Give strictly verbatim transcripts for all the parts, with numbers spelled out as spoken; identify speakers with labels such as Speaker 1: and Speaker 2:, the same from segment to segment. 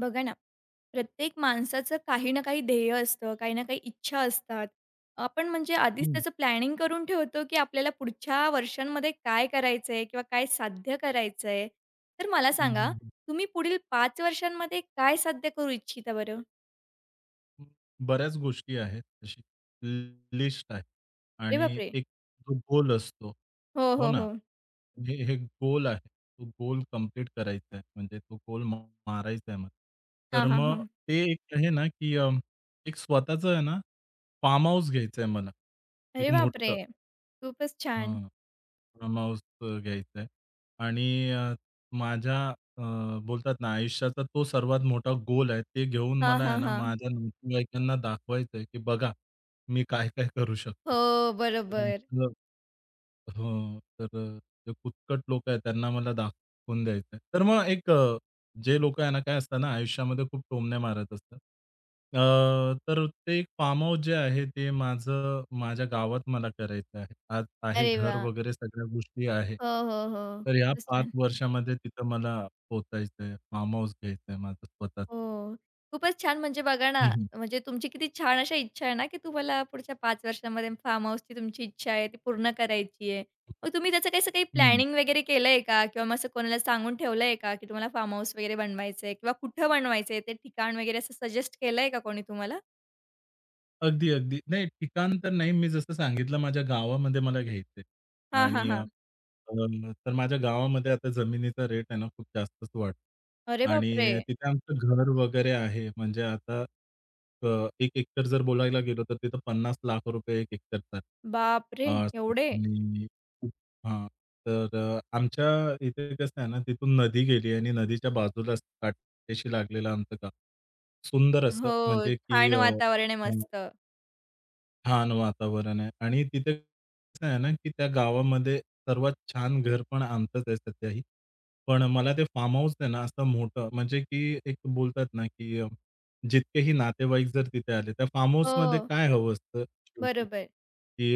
Speaker 1: बघा ना, प्रत्येक माणसाचं काही ना काही ध्येय असतं, काही ना काही इच्छा असतात. आपण म्हणजे आधीच
Speaker 2: हं,
Speaker 1: त्याचं प्लॅनिंग करून ठेवतो, की आपल्याला पुढच्या वर्षांमध्ये काय करायचंय किंवा काय साध्य करायचंय. तर मला
Speaker 2: हं,
Speaker 1: सांगा,
Speaker 2: हं,
Speaker 1: तुम्ही पुढील पाच वर्षांमध्ये काय साध्य करू इच्छिता बरं?
Speaker 2: हं. बऱ्याच गोष्टी आहेत तशी लिस्ट आहे
Speaker 1: अरे
Speaker 2: आणि
Speaker 1: बापरे!
Speaker 2: एक जो गोल असतो.
Speaker 1: हो,
Speaker 2: हो
Speaker 1: हो,
Speaker 2: ना.
Speaker 1: हो.
Speaker 2: हे हे गोल आहे. तो गोल कंप्लीट करायचा आहे. म्हणजे तो गोल मा- मारायचा आहे मला. तर
Speaker 1: हां, हां,
Speaker 2: मग
Speaker 1: हां.
Speaker 2: ते एक आहे ना, की अ, एक स्वतःचं आहे ना, फार्म हाऊस घ्यायचं आहे मला. एक
Speaker 1: अरे बापरे!
Speaker 2: मोठं.
Speaker 1: खूपच छान.
Speaker 2: हां. माऊस अ, घ्यायचा आहे आणि अ, माझ्या अ, बोलतात ना आयुष्याचा तो सर्वात मोठा गोल आहे. ते घेऊन
Speaker 1: हां,
Speaker 2: मला आहे
Speaker 1: हां,
Speaker 2: ना
Speaker 1: हां.
Speaker 2: माझ्या नातेवाईकांना दाखवायचंय, की बघा मी काय-काय करू शकतो.
Speaker 1: हो, बरोबर.
Speaker 2: हो. तर अ, जे कुचकट लोकं आहेत त्यांना मला दाखवून द्यायचंय. तर मग एक अ, जे लोकं आहे ना, काय असतात ना आयुष्यामध्ये खूप टोमणे मारत असतात. अ, तर ते एक फार्म हाऊस जे आहे ते माझं माझ्या गावात मला करायचं आहे. आज आहे
Speaker 1: अरे
Speaker 2: घर
Speaker 1: वाह!
Speaker 2: वगैरे सगळ्या गोष्टी आहे.
Speaker 1: हो, हो, हो.
Speaker 2: तर ह्या
Speaker 1: खूपच
Speaker 2: पाच
Speaker 1: छान.
Speaker 2: वर्षामध्ये तिथं मला पोहचायचंय. फार्म हाऊस घ्यायचंय माझं स्वतःच.
Speaker 1: हो. खूपच छान म्हणजे बघा
Speaker 2: हं,
Speaker 1: ना,
Speaker 2: हं.
Speaker 1: म्हणजे तुमची किती छान अशा इच्छा आहे ना, की तुम्हाला पुढच्या पाच वर्षामध्ये फार्म हाऊसची तुमची इच्छा आहे ती पूर्ण करायची आहे. मग तुम्ही त्याचं काही असं काही
Speaker 2: हं.
Speaker 1: प्लॅनिंग वगैरे केलंय का? किंवा मग असं कोणाला सांगून ठेवलंय का, की तुम्हाला फार्म हाऊस वगैरे बनवायचंय किंवा कुठं बनवायचंय ते ठिकाण वगैरे असं सजेस्ट केलंय का कोणी तुम्हाला?
Speaker 2: अगदी, अगदी. नाही ठिकाण तर नाही, मी जसं सांगितलं माझ्या गावामध्ये मला घ्यायचंय
Speaker 1: हां, हां,
Speaker 2: आणि अ,
Speaker 1: हां.
Speaker 2: अ, तर माझ्या गावामध्ये आता जमिनीचा रेट आहे ना खूप जास्तच
Speaker 1: अरे
Speaker 2: वाढला
Speaker 1: बापरे!
Speaker 2: आणि तिथे आमचं घर वगैरे आहे. म्हणजे आता अ, एक एकर जर बोलायला गेलो तर तिथं पन्नास लाख रुपये एक एकरचा आहे. अ,
Speaker 1: बापरे! एवढे?
Speaker 2: आणि हां. तर अ, आमच्या इथे कसं आहे ना, तिथून नदी गेली आणि नदीच्या बाजूलाच काठ्याशी लागलेलं आमचं गाव. सुंदर असं
Speaker 1: हो,
Speaker 2: म्हणजे की
Speaker 1: छान
Speaker 2: अ
Speaker 1: वातावरण आहे मस्त.
Speaker 2: छान वातावरण आहे आणि तिथे कसं आहे ना, की त्या गावामध्ये सर्वात छान घर पण आमचंच आहे सध्याही. पण मला ते फार्म हाऊस आहे ना, असं मोठं म्हणजे की एक बोलतात ना, की अ, जितकेही नातेवाईक जर तिथे आले, त्या फार्म हाऊसमध्ये
Speaker 1: हो,
Speaker 2: काय हवं असतं शेवटी,
Speaker 1: बरोबर.
Speaker 2: की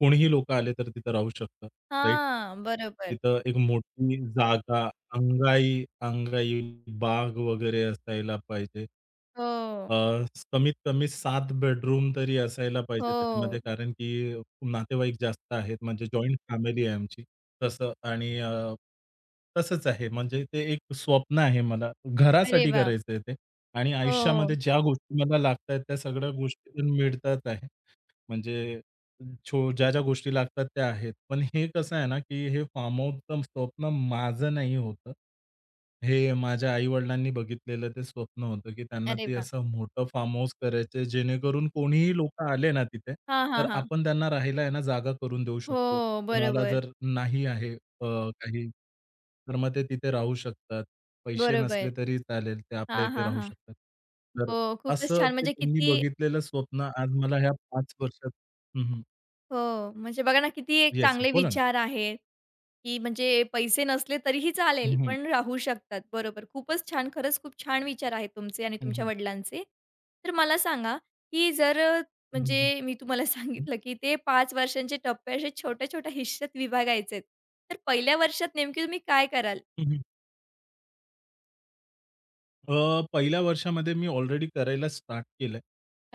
Speaker 2: कोणीही लोकं आले तर तिथं राहू शकतात, राइट?
Speaker 1: हां, बरोबर.
Speaker 2: तिथं एक मोठी जागा, अंगाई अंगाई बाग वगैरे असायला पाहिजे. अ,
Speaker 1: हो,
Speaker 2: कमीत कमी सात बेडरूम तरी असायला पाहिजे त्याच्यामध्ये
Speaker 1: हो.
Speaker 2: कारण की नातेवाईक जास्त आहेत म्हणजे जॉइंट फॅमिली आहे आमची. तसं आणि अ, तसंच आहे म्हणजे ते एक स्वप्न आहे मला.
Speaker 1: अरे
Speaker 2: घरासाठी
Speaker 1: वाह!
Speaker 2: करायचंय ते आणि
Speaker 1: हो.
Speaker 2: आयुष्यामध्ये ज्या गोष्टी मला लागतायत त्या सगळ्या गोष्टी मिळतात आहे. म्हणजे छो ज्या-ज्या गोष्टी लागतात त्या आहेत. पण हे कसं आहे ना, की हे फार्म हाऊसचं स्वप्न माझं नाही होतं. हे माझ्या आई-वडिलांनी बघितलेलं ते स्वप्न होतं, की त्यांना
Speaker 1: अरे
Speaker 2: ते
Speaker 1: वाह!
Speaker 2: असं मोठं फार्म हाऊस करायचं जेणेकरून कोणीही लोकं आले ना तिथे,
Speaker 1: हां,
Speaker 2: तर
Speaker 1: हां, हां.
Speaker 2: आपण त्यांना राहायला आहे ना जागा करून देऊ शकतो.
Speaker 1: हो,
Speaker 2: कोणाला
Speaker 1: बरोबर,
Speaker 2: जर नाही आहे अ, काही, तर मग ते तिथे राहू शकतात. पैसे नसले
Speaker 1: बरोबर.
Speaker 2: तरी चालेल, ते आपल्या
Speaker 1: हां,
Speaker 2: इथे
Speaker 1: हां,
Speaker 2: राहू
Speaker 1: हां.
Speaker 2: शकतात. तर
Speaker 1: हो, खूपच
Speaker 2: असं
Speaker 1: छान.
Speaker 2: ते
Speaker 1: म्हणजे
Speaker 2: तुम्ही
Speaker 1: किती
Speaker 2: बघितलेलं स्वप्न आज मला ह्या पाच वर्षात हं, हं.
Speaker 1: हो, म्हणजे बघा ना, किती एक
Speaker 2: येस, येस.
Speaker 1: चांगले
Speaker 2: बोला ना.
Speaker 1: विचार आहेत, की म्हणजे पैसे नसले तरीही चालेल,
Speaker 2: हं, हं.
Speaker 1: पण राहू शकतात. बरोबर. खूपच छान. खरंच खूप छान विचार आहेत तुमचे आणि
Speaker 2: हं,
Speaker 1: तुमच्या
Speaker 2: हं.
Speaker 1: वडिलांचे. तर मला सांगा, की जर अ,
Speaker 2: हं, हं.
Speaker 1: म्हणजे मी तुम्हाला
Speaker 2: हं.
Speaker 1: सांगितलं, की ते पाच वर्षांचे टप्पे असे छोट्या-छोट्या हिश्श्यात विभागायचे आहेत. तर पहिल्या वर्षात नेमकी तुम्ही काय कराल?
Speaker 2: हं. अ, पहिल्या वर्षामध्ये मी ऑलरेडी करायला स्टार्ट केलंय,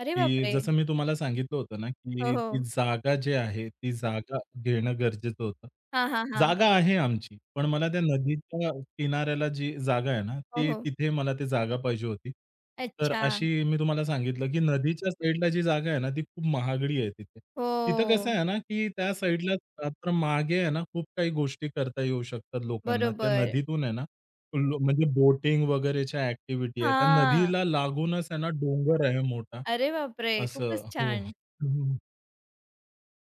Speaker 1: अरे बापरे!
Speaker 2: जसं मी तुम्हाला सांगितलं होतं ना,
Speaker 1: हो,
Speaker 2: की ती
Speaker 1: हो.
Speaker 2: जागा जी आहे, ती जागा घेणं गरजेचं होतं.
Speaker 1: हां, हां, हां.
Speaker 2: जागा आहे आमची, पण मला त्या नदीच्या किनाऱ्याला जी जागा आहे ना,
Speaker 1: हो,
Speaker 2: ती
Speaker 1: हो.
Speaker 2: तिथे मला ती जागा पाहिजे होती. तर
Speaker 1: अच्छा.
Speaker 2: अशी मी तुम्हाला सांगितलं, की नदीच्या साईडला जी जागा आहे ना, ती खूप महागडी आहे तिथे. तिथं कसं
Speaker 1: हो.
Speaker 2: आहे ना, की त्या साईडला मागे आहे ना, खूप काही गोष्टी करता येऊ शकतात लोकांना. त्या
Speaker 1: बरोबर.
Speaker 2: नदीतून आहे ना, लो म्हणजे बोटिंग वगैरेच्या ॲक्टिव्हिटी आहेत. त्या
Speaker 1: हां.
Speaker 2: नदीला लागूनच आहे ना डोंगर आहे मोठा.
Speaker 1: अरे बापरे!
Speaker 2: असं
Speaker 1: खूपच
Speaker 2: हो.
Speaker 1: छान.
Speaker 2: हं.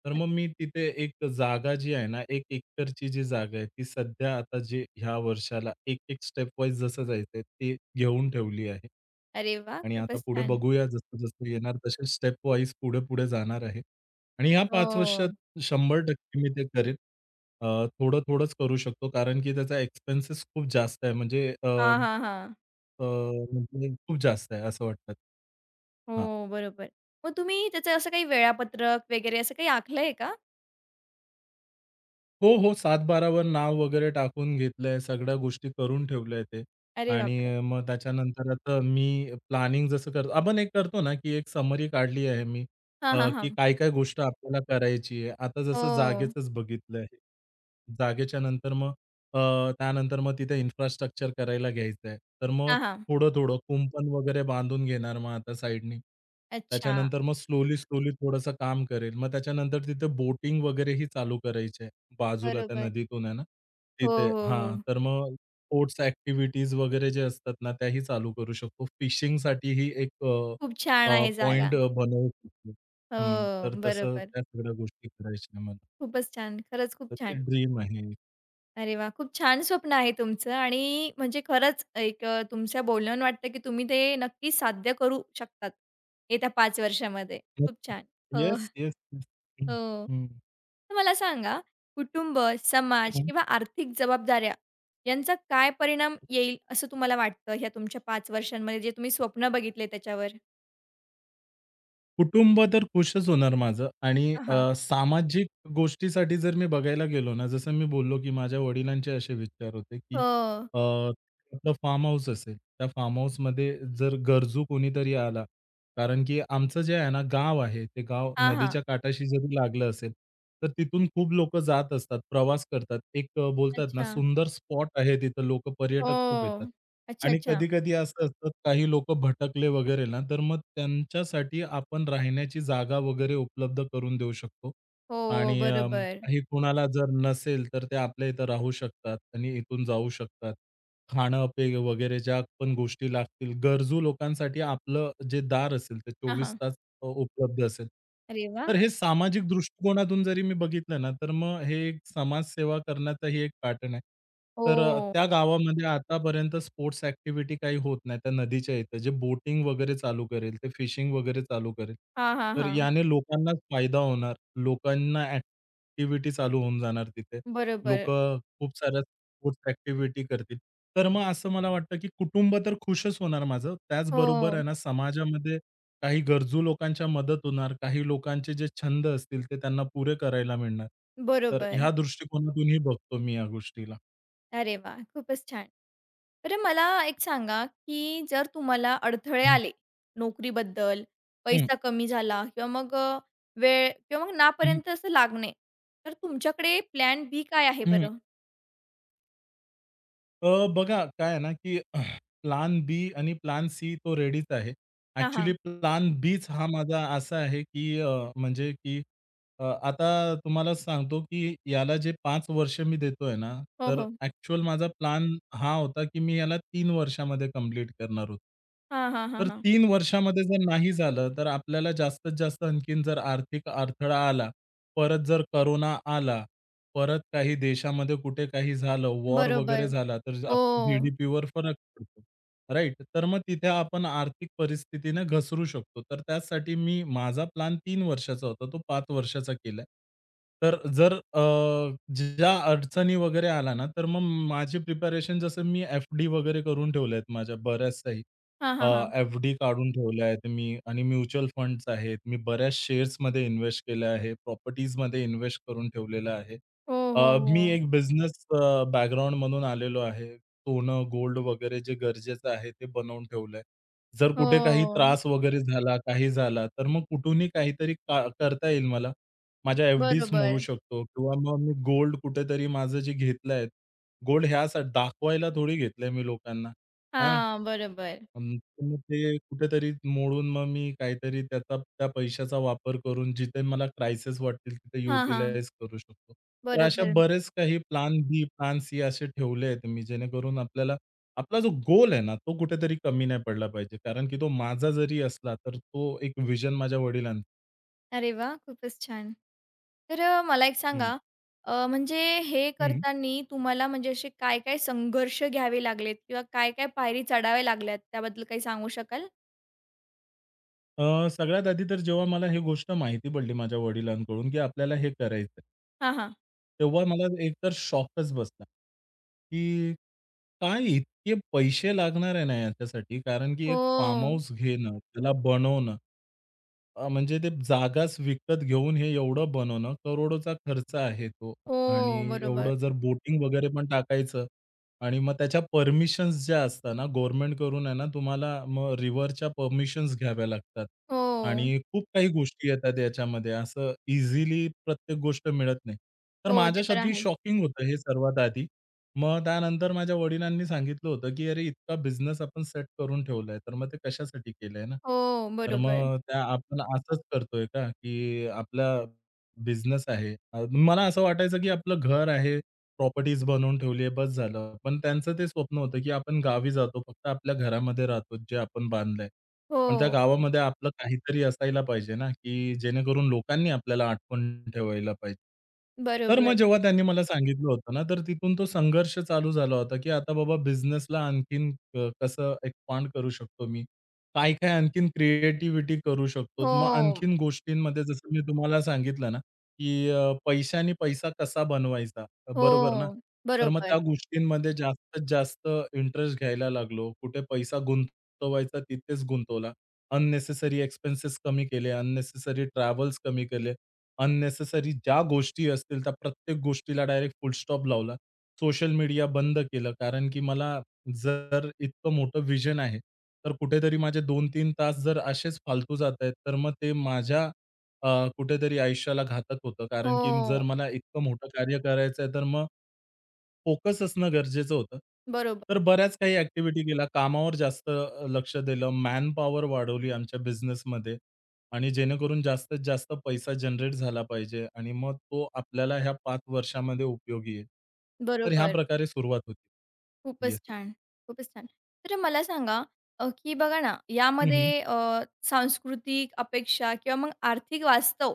Speaker 2: तर मग मी तिथे एक जागा जी आहे ना, एक एकरची जी जागा आहे, ती सध्या आता जे ह्या वर्षाला एक-एक स्टेप वाईज जसं जायचंय ते घेऊन ठेवली आहे.
Speaker 1: अरे वाह!
Speaker 2: आणि आता
Speaker 1: खूपच
Speaker 2: पुढे
Speaker 1: छान.
Speaker 2: बघूया जसं-जसं येणार तसे स्टेप वाईज पुढे-पुढे जाणार आहे. आणि ह्या पाच
Speaker 1: हो.
Speaker 2: वर्षात शंभर टक्के मी ते करेन. अ, थोडं-थोडंच करू शकतो कारण की त्याचा एक्सपेन्सेस खूप जास्त आहे. म्हणजे
Speaker 1: हां, हां, हां.
Speaker 2: अ, म्हणजे खूप जास्त आहे असं वाटतं.
Speaker 1: हो, बरोबर. मग तुम्ही त्याचं असं काही वेळापत्रक वगैरे असं काही आखलंय का?
Speaker 2: हो, हो. सातबारा वर नाव वगैरे टाकून घेतलंय, सगळ्या गोष्टी करून ठेवलंय ते
Speaker 1: अरे बापरे!
Speaker 2: आणि मग त्याच्यानंतर आता मी प्लॅनिंग जसं करतो आपण एक करतो ना, की एक समरी काढली आहे मी
Speaker 1: हां,
Speaker 2: अ,
Speaker 1: हां,
Speaker 2: की
Speaker 1: हां.
Speaker 2: काय-काय गोष्ट आपल्याला करायची आहे. आता जसं
Speaker 1: हो.
Speaker 2: जागेचंच बघितलं आहे. जागेच्या नंतर मग अ, त्यानंतर मग तिथे इन्फ्रास्ट्रक्चर करायला घ्यायचं आहे. तर मग
Speaker 1: हां, हां.
Speaker 2: थोडं-थोडं कुंपण वगैरे बांधून घेणार मग आता साइडनी.
Speaker 1: अच्छा.
Speaker 2: त्याच्यानंतर मग स्लोली, स्लोली थोडंसं काम करेल. मग त्याच्यानंतर तिथे बोटिंग वगैरेही चालू करायची बाजूला त्या
Speaker 1: बरोबर.
Speaker 2: नदीतून आहे ना,
Speaker 1: हो,
Speaker 2: तिथे
Speaker 1: हो,
Speaker 2: हां,
Speaker 1: हो.
Speaker 2: तर मग स्पोर्ट्स ॲक्टिव्हिटीज वगैरे जे असतात ना, त्याही चालू करू शकतो. फिशिंगसाठीही एक अ,
Speaker 1: खूप छान
Speaker 2: अ,
Speaker 1: आहे जागा.
Speaker 2: पॉइंट अ, बनवू शकतो. हं,
Speaker 1: हो,
Speaker 2: तर तसं
Speaker 1: बरोबर.
Speaker 2: त्या सगळ्या गोष्टी करायच्या मला.
Speaker 1: खूपच छान. खरंच खूप
Speaker 2: तर ते
Speaker 1: छान.
Speaker 2: ड्रीम आहे.
Speaker 1: अरे वाह! खूप छान स्वप्न आहे तुमचं आणि म्हणजे खरंच एक अ, तुमच्या बोलण्यावरून वाटतं, की तुम्ही ते नक्की साध्य करू शकतात, येत्या पाच वर्षामध्ये. खूप छान. हो,
Speaker 2: येस, येस, येस. हं,
Speaker 1: हो.
Speaker 2: हं,
Speaker 1: तर मला सांगा, कुटुंब, समाज
Speaker 2: हं.
Speaker 1: किंवा आर्थिक जबाबदाऱ्या यांचा काय परिणाम येईल असं तुम्हाला वाटतं ह्या तुमच्या पाच वर्षांमध्ये जे तुम्ही स्वप्न बघितले त्याच्यावर?
Speaker 2: कुटुंब तर खुशच होणार माझं आणि
Speaker 1: हां,
Speaker 2: अ, सामाजिक गोष्टीसाठी जर मी बघायला गेलो ना, जसं मी बोललो, की माझ्या वडिलांचे असे विचार होते, की
Speaker 1: हो.
Speaker 2: अ, आपलं फार्म हाऊस असेल, त्या फार्म हाऊसमध्ये जर गरजू कोणीतरी आला, कारण की आमचं जे आहे ना गाव आहे, ते गाव
Speaker 1: हां, हां.
Speaker 2: नदीच्या काठाशी जरी लागलं असेल, तर तिथून खूप लोकं जात असतात, प्रवास करतात. एक अ, बोलतात ना,
Speaker 1: अच्छा.
Speaker 2: सुंदर स्पॉट आहे तिथं लोकं
Speaker 1: हो.
Speaker 2: पर्यटक खूप येतात.
Speaker 1: अच्छा,
Speaker 2: आणि
Speaker 1: अच्छा.
Speaker 2: कधी-कधी असं असतं, काही लोकं भटकले वगैरे ना, तर मग त्यांच्यासाठी आपण राहण्याची जागा वगैरे उपलब्ध करून देऊ शकतो.
Speaker 1: हो,
Speaker 2: आणि अं,
Speaker 1: बरोबर.
Speaker 2: काही कोणाला जर नसेल, तर ते आपल्या इथं राहू शकतात आणि इथून जाऊ शकतात. खाणं, पे वगैरे ज्या पण गोष्टी लागतील, गरजू लोकांसाठी आपलं जे दार असेल, ते
Speaker 1: हां,
Speaker 2: चोवीस
Speaker 1: हां.
Speaker 2: तास अ, उपलब्ध असेल.
Speaker 1: अरे वाह!
Speaker 2: तर हे सामाजिक दृष्टिकोनातून जरी मी बघितलं ना, तर मग हे एक समाजसेवा करण्याचाही एक पॅटर्न आहे. तर अ,
Speaker 1: हो.
Speaker 2: त्या गावामध्ये आतापर्यंत स्पोर्ट्स ॲक्टिव्हिटी काही होत नाही. त्या नदीच्या इथं जे बोटिंग वगैरे चालू करेल, ते फिशिंग वगैरे चालू करेल,
Speaker 1: हां, हां,
Speaker 2: तर
Speaker 1: हां.
Speaker 2: याने लोकांनाच फायदा होणार. लोकांना ॲक्टिव्हिटी चालू होऊन जाणार तिथे.
Speaker 1: बरोबर.
Speaker 2: लोकं खूप साऱ्या स्पोर्ट्स ॲक्टिव्हिटी करतील. तर मग असं मला वाटतं, की कुटुंब तर खुशच होणार माझं. त्याचबरोबर आहे
Speaker 1: हो,
Speaker 2: ना, समाजामध्ये काही गरजू लोकांच्या मदत होणार, काही लोकांचे जे छंद असतील ते त्यांना पुरे करायला मिळणार. तर
Speaker 1: बरोबर.
Speaker 2: ह्या दृष्टिकोनातूनही बघतो मी या गोष्टीला.
Speaker 1: अरे वाह! खूपच छान. बरं मला एक सांगा, की जर तुम्हाला अडथळे
Speaker 2: हं,
Speaker 1: आले नोकरीबद्दल,
Speaker 2: हं,
Speaker 1: पैसा कमी झाला किंवा मग अ, वेळ किंवा मग
Speaker 2: हं,
Speaker 1: नापर्यंत असं लागणे, तर तुमच्याकडे प्लॅन बी काय आहे
Speaker 2: हं.
Speaker 1: बरं?
Speaker 2: अ, बघा काय आहे ना, की प्लॅन बी आणि प्लॅन सी तो रेडीच आहे.
Speaker 1: हां,
Speaker 2: ॲक्चुअली
Speaker 1: हां.
Speaker 2: प्लॅन बीच हा माझा असा आहे, की अ, म्हणजे की अ, आता तुम्हाला सांगतो, की याला जे पाच वर्ष मी देतोय ना,
Speaker 1: हो,
Speaker 2: तर
Speaker 1: हो.
Speaker 2: ॲक्चुअल माझा प्लॅन हा होता, की मी याला तीन वर्षामध्ये कंप्लीट करणार होतो.
Speaker 1: हां, हां, हां,
Speaker 2: तर
Speaker 1: हां.
Speaker 2: तीन वर्षामध्ये जर नाही झालं, तर आपल्याला जास्तीत जास्त आणखीन जर आर्थिक अडथळा आला, परत जर कोरोना आला परत काही देशामध्ये कुठे काही झालं, वॉर वगैरे
Speaker 1: बरोबर.
Speaker 2: झाला, तर
Speaker 1: हो.
Speaker 2: आपल्या जी-डी-पीवर फरक पडतो. राइट? तर मग तिथे आपण आर्थिक परिस्थितीने घसरू शकतो. तर त्याचसाठी मी माझा प्लॅन तीन वर्षाचा होता. तो पाच वर्षाचा केलाय. तर जर अ, ज्या अडचणी वगैरे आल्या ना, तर मग माझी प्रिपरेशन जसं मी एफ-डी वगैरे करून ठेवल्या आहेत माझ्या बऱ्याच काही.
Speaker 1: हां, हां, हां.
Speaker 2: एफ-डी काढून ठेवल्या आहेत मी आणि म्युच्युअल फंड्स आहेत. मी बऱ्याच शेअर्समध्ये इन्वेस्ट केलं आहे. प्रॉपर्टीजमध्ये इन्वेस्ट करून ठेवलेलं आहे.
Speaker 1: हो,
Speaker 2: अ,
Speaker 1: हो,
Speaker 2: मी
Speaker 1: हो.
Speaker 2: एक बिझनेस अ, बॅकग्राऊंड मधून आलेलो आहे. सोनं, गोल्ड वगैरे जे गरजेचं आहे ते बनवून ठेवलंय. जर
Speaker 1: हो.
Speaker 2: कुठे काही त्रास वगैरे झाला, काही झाला, तर मग कुठूनही काहीतरी का करता येईल मला. माझ्या एफ-डीज मोडू
Speaker 1: बरोबर.
Speaker 2: शकतो किंवा मग मी गोल्ड कुठेतरी माझं जे घेतलंय, गोल्ड ह्यासाठी दाखवायला थोडी घेतलंय मी लोकांना, आहे ना?
Speaker 1: हां, बरोबर.
Speaker 2: आमचं मग ते कुठेतरी मोडून मग मी काहीतरी त्याचा त्या पैशाचा वापर करून जिथे मला क्रायसिस वाटतील तिथे
Speaker 1: हां, हां.
Speaker 2: युटिलाइज करू शकतो. तर अशा
Speaker 1: बरोबर.
Speaker 2: बरेच काही प्लॅन बी, प्लॅन सी असे ठेवले आहेत मी जेणेकरून आपल्याला आपला जो गोल आहे ना, तो कुठेतरी कमी नाही पडला पाहिजे. कारण की तो माझा जरी असला, तर तो एक व्हिजन माझ्या वडिलांचा
Speaker 1: अरे वाह! खूपच छान. तर अ, मला एक सांगा
Speaker 2: हं,
Speaker 1: अ, म्हणजे हे
Speaker 2: हं.
Speaker 1: करतांनी तुम्हाला म्हणजे असे काय-काय संघर्ष घ्यावे लागलेत किंवा काय-काय पायरी चढाव्या लागल्यात त्याबद्दल काही सांगू शकाल?
Speaker 2: अ, सगळ्यात आधी तर जेव्हा मला ही गोष्ट माहिती पडली माझ्या वडिलांकडून, की आपल्याला हे करायचंय.
Speaker 1: हां, हां.
Speaker 2: तेव्हा मला एकतर शॉकच बसला, की काय इतके पैसे लागणार आहे ना याच्यासाठी? कारण की एक फार्म
Speaker 1: हो,
Speaker 2: हाऊस घेणं, त्याला बनवणं, अ, म्हणजे ते जागाच विकत घेऊन हे एवढं बनवणं, करोडोचा खर्च आहे तो आणि
Speaker 1: हो, बरोबर.
Speaker 2: एवढं जर बोटिंग वगैरे पण टाकायचं आणि मग त्याच्या परमिशन्स ज्या असतात ना, गव्हर्नमेंटकडून आहे ना, तुम्हाला मग रिव्हरच्या परमिशन्स घ्याव्या लागतात.
Speaker 1: हो,
Speaker 2: आणि खूप काही गोष्टी येतात याच्यामध्ये. असं इझिली प्रत्येक गोष्ट मिळत नाही. तर
Speaker 1: हो, ते तर
Speaker 2: माझ्यासाठी
Speaker 1: आहेच.
Speaker 2: शॉकिंग होतं हे सर्वात आधी. मग त्यानंतर माझ्या वडिलांनी सांगितलं होतं, की "अरे, इतका बिझनेस आपण सेट करून ठेवलाय, तर मग ते कशासाठी केलंय ना?
Speaker 1: हो,
Speaker 2: तर
Speaker 1: बरोबर.
Speaker 2: मग त्या आपण असंच करतोय का, की आपला बिझनेस आहे." अ, मला असं वाटायचं, की आपलं घर आहे. प्रॉपर्टीज बनवून ठेवली आहे, बस झालं. पण त्यांचं ते स्वप्न होतं, की आपण गावी जातो, फक्त आपल्या घरामध्ये राहतो, जे आपण बांधलंय. पण त्या
Speaker 1: हो,
Speaker 2: गावामध्ये आपलं काहीतरी असायला पाहिजे ना, की जेणेकरून लोकांनी आपल्याला आठवण ठेवायला पाहिजे. तर मग
Speaker 1: बरोबर.
Speaker 2: जेव्हा त्यांनी मला सांगितलं होतं ना, तर तिथून तो संघर्ष चालू झाला होता, की आता बाबा बिझनेसला आणखीन अ, कसं एक्सपांड करू शकतो मी? काय-काय आणखीन क्रिएटिव्हिटी करू शकतो? मग
Speaker 1: हो,
Speaker 2: आणखीन गोष्टींमध्ये जसं मी तुम्हाला सांगितलं ना की अ, पैशाने पैसा कसा बनवायचा? बरोबर ना?
Speaker 1: हो,
Speaker 2: तर मग त्या
Speaker 1: बरोबर.
Speaker 2: गोष्टींमध्ये जास्तीत जास्त इंटरेस्ट घ्यायला लागलो. कुठे पैसा गुंतवायचा तिथेच गुंतवला. अननेसेसरी एक्सपेन्सेस कमी केले, अननेसेसरी ट्रॅव्हल्स कमी केले, अननेसेसरी ज्या गोष्टी असतील त्या प्रत्येक गोष्टीला डायरेक्ट फुल लावला. सोशल मीडिया बंद केलं. कारण की मला जर इतकं मोठं व्हिजन आहे, तर कुठेतरी माझे दोन-तीन तास जर असेच फालतू जातायत, तर मग ते माझ्या अ, कुठेतरी आयुष्याला घातक होतं. कारण की जर
Speaker 1: हो,
Speaker 2: मला इतकं मोठं कार्य करायचं आहे, तर मग फोकस असणं गरजेचं होतं.
Speaker 1: बरोबर,
Speaker 2: तर बऱ्याच काही ॲक्टिव्हिटी केल्या. कामावर जास्त अ, लक्ष दिलं. मॅनपॉवर वाढवली आमच्या बिझनेसमध्ये आणि जेणेकरून जास्तीत जास्त पैसा जनरेट झाला पाहिजे आणि मग तो आपल्याला ह्या पाच वर्षामध्ये उपयोगी येईल. तर ह्या
Speaker 1: बरोबर.
Speaker 2: प्रकारे सुरुवात होती. येस.
Speaker 1: खूपच छान, खूपच छान. तर मला सांगा अ, की बघा ना, यामध्ये अ, सांस्कृतिक अपेक्षा किंवा मग आर्थिक वास्तव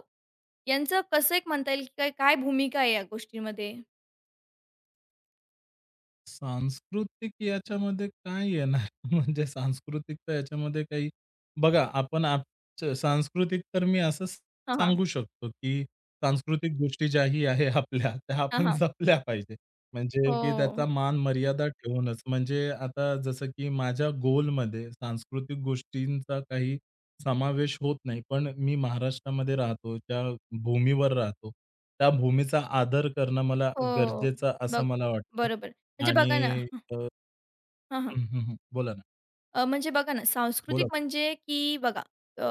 Speaker 1: यांचं कसं एक म्हणता येईल, की काय काय भूमिका आहे या गोष्टींमध्ये?
Speaker 2: सांस्कृतिक याच्यामध्ये काय येणार? म्हणजे सांस्कृतिक तर याच्यामध्ये काही बघा, आपण आपचं सांस्कृतिक तर मी असं स-
Speaker 1: हां, हां.
Speaker 2: सांगू शकतो, की सांस्कृतिक गोष्टी ज्याही आहे आपल्या, त्या
Speaker 1: हां,
Speaker 2: आपण
Speaker 1: हां.
Speaker 2: जपल्या पाहिजे. म्हणजे की
Speaker 1: हो,
Speaker 2: त्याचा मान-मर्यादा ठेवूनच. म्हणजे आता जसं की माझ्या गोलमध्ये सांस्कृतिक गोष्टींचा काही समावेश होत नाही. पण मी महाराष्ट्रामध्ये राहतो, ज्या भूमीवर राहतो, त्या भूमीचा आदर करणं मला
Speaker 1: हो.
Speaker 2: गरजेचं असं
Speaker 1: बघ
Speaker 2: मला वाटतं.
Speaker 1: बरोबर. म्हणजे
Speaker 2: आणि
Speaker 1: बघा ना
Speaker 2: अ,
Speaker 1: हां, हां.
Speaker 2: हं, हं, हं. बोला ना,
Speaker 1: अ, म्हणजे बघा ना, सांस्कृतिक
Speaker 2: बोला.
Speaker 1: म्हणजे की बघा अ,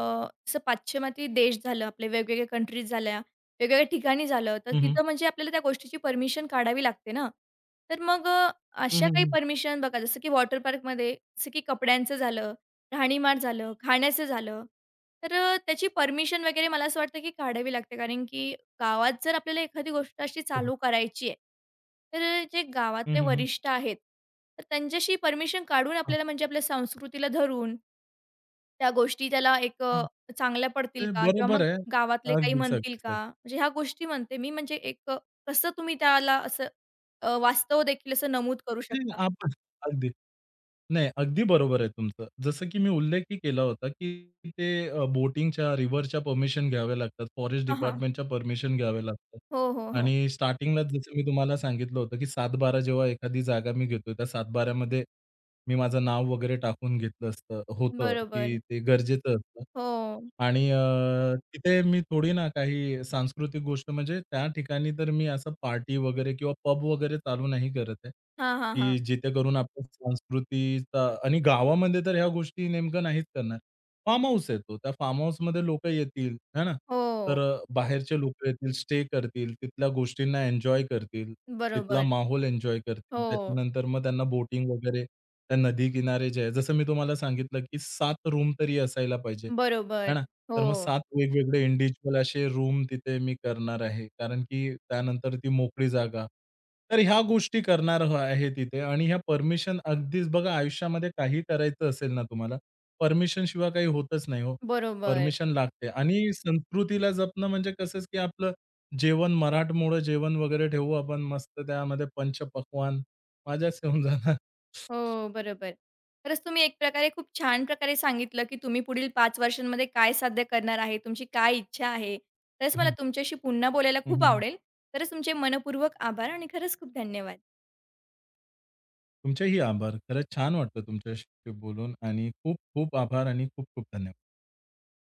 Speaker 1: जसं पाश्चिमात्य देश झालं, आपले वेगवेगळ्या कंट्रीज झाल्या, वेगवेगळ्या ठिकाणी झालं, तर
Speaker 2: हं, हं.
Speaker 1: तिथं म्हणजे आपल्याला त्या गोष्टीची परमिशन काढावी लागते ना. तर मग अ,
Speaker 2: हं,
Speaker 1: अशा
Speaker 2: हं,
Speaker 1: काही
Speaker 2: हं.
Speaker 1: परमिशन बघा, जसं की वॉटर पार्कमध्ये जसं की कपड्यांचं झालं, राहणीमान झालं, खाण्याचं झालं, तर अ, त्याची परमिशन वगैरे मला असं वाटतं की काढावी लागते. कारण की गावात जर आपल्याला एखादी गोष्ट अशी
Speaker 2: हो, हो.
Speaker 1: चालू करायची आहे, तर जे
Speaker 2: हं,
Speaker 1: गावातले
Speaker 2: हं, हं.
Speaker 1: वरिष्ठ आहेत, तर त्यांच्याशी परमिशन काढून
Speaker 2: हां.
Speaker 1: आपल्याला म्हणजे आपल्या संस्कृतीला धरून त्या गोष्टी त्याला एक अ,
Speaker 2: हां,
Speaker 1: चांगल्या पडतील
Speaker 2: ते
Speaker 1: का? किंवा
Speaker 2: बरोबर
Speaker 1: मग
Speaker 2: आहे.
Speaker 1: गावातले काही
Speaker 2: अगदीच,
Speaker 1: म्हणतील
Speaker 2: अगदीच, अगदीच.
Speaker 1: का? म्हणजे ह्या गोष्टी म्हणते मी म्हणजे एक अ, कसं तुम्ही त्याला असं अ, वास्तव देखील असं नमूद करू
Speaker 2: नाही
Speaker 1: शकता.
Speaker 2: आपण अगदी नाही, अगदी बरोबर आहे तुमचं. जसं की मी उल्लेखही केला होता, की ते अ, बोटिंगच्या, रिव्हरच्या परमिशन घ्याव्या लागतात. फॉरेस्ट
Speaker 1: हां, हां.
Speaker 2: डिपार्टमेंटच्या परमिशन घ्याव्या लागतात.
Speaker 1: हो, हो, हो.
Speaker 2: आणि स्टार्टिंगलाच जसं मी तुम्हाला सांगितलं होतं, की सातबारा जेव्हा एखादी जागा मी घेतोय, त्या सातबाऱ्यामध्ये मी माझं नाव वगैरे टाकून घेतलं असतं होतं, की
Speaker 1: बरोबर.
Speaker 2: ते गरजेचं असतं.
Speaker 1: हो.
Speaker 2: आणि अ, तिथे मी थोडी ना काही सांस्कृतिक गोष्ट म्हणजे त्या ठिकाणी तर मी असं पार्टी वगैरे किंवा पब वगैरे चालू नाही करत आहे,
Speaker 1: हां, हां, हां.
Speaker 2: की जिथे करून आपण संस्कृतीचा आणि गावामध्ये तर ह्या गोष्टी नेमकं नाहीच करणार. फार्म हाऊस आहे तो. त्या फार्म हाऊसमध्ये लोकं येतील, है ना? तर
Speaker 1: हो.
Speaker 2: अ, बाहेरचे लोकं येतील, स्टे करतील, तिथल्या गोष्टींना एन्जॉय करतील, तिथला
Speaker 1: बरोबर.
Speaker 2: माहोल एन्जॉय करतील.
Speaker 1: हो.
Speaker 2: त्याच्यानंतर मग त्यांना बोटिंग वगैरे त्या नदी किनारे जे आहे, जसं मी तुम्हाला सांगितलं, की सात रूम तरी असायला पाहिजे, है
Speaker 1: बरोबर.
Speaker 2: ना? तर मग
Speaker 1: हो.
Speaker 2: सात वेगवेगळे इंडिव्हिज्युअल असे रूम तिथे मी करणार आहे. कारण की त्यानंतर ती मोकळी जागा. तर ह्या गोष्टी करणार ह आहे तिथे आणि ह्या परमिशन अगदीच बघा आयुष्यामध्ये काही करायचं असेल ना तुम्हाला परमिशन शिवाय काही होतच नाही हो.
Speaker 1: बरोबर.
Speaker 2: परमिशन लागते आणि संस्कृतीला जपणं म्हणजे कसंच, की आपलं जेवण मराठमोळं जेवण वगैरे ठेवू आपण मस्त त्यामध्ये पंचपक्वान्न. मजाच येऊन जाणार.
Speaker 1: हो, बरोबर. खरंच तुम्ही एक प्रकारे खूप छान प्रकारे सांगितलं, की तुम्ही पुढील पाच वर्षांमध्ये काय साध्य करणार आहे, तुमची काय इच्छा आहे. खरंच
Speaker 2: हं,
Speaker 1: मला
Speaker 2: हं.
Speaker 1: तुमच्याशी पुन्हा बोलायला
Speaker 2: हं, हं,
Speaker 1: खूप
Speaker 2: हं.
Speaker 1: आवडेल. खरंच तुमचे मनःपूर्वक आभार आणि खरंच खूप धन्यवाद.
Speaker 2: तुमचेही आभार. खरंच छान वाटलं तुमच्याशी बोलून आणि खूप खूप आभार आणि खूप खूप धन्यवाद.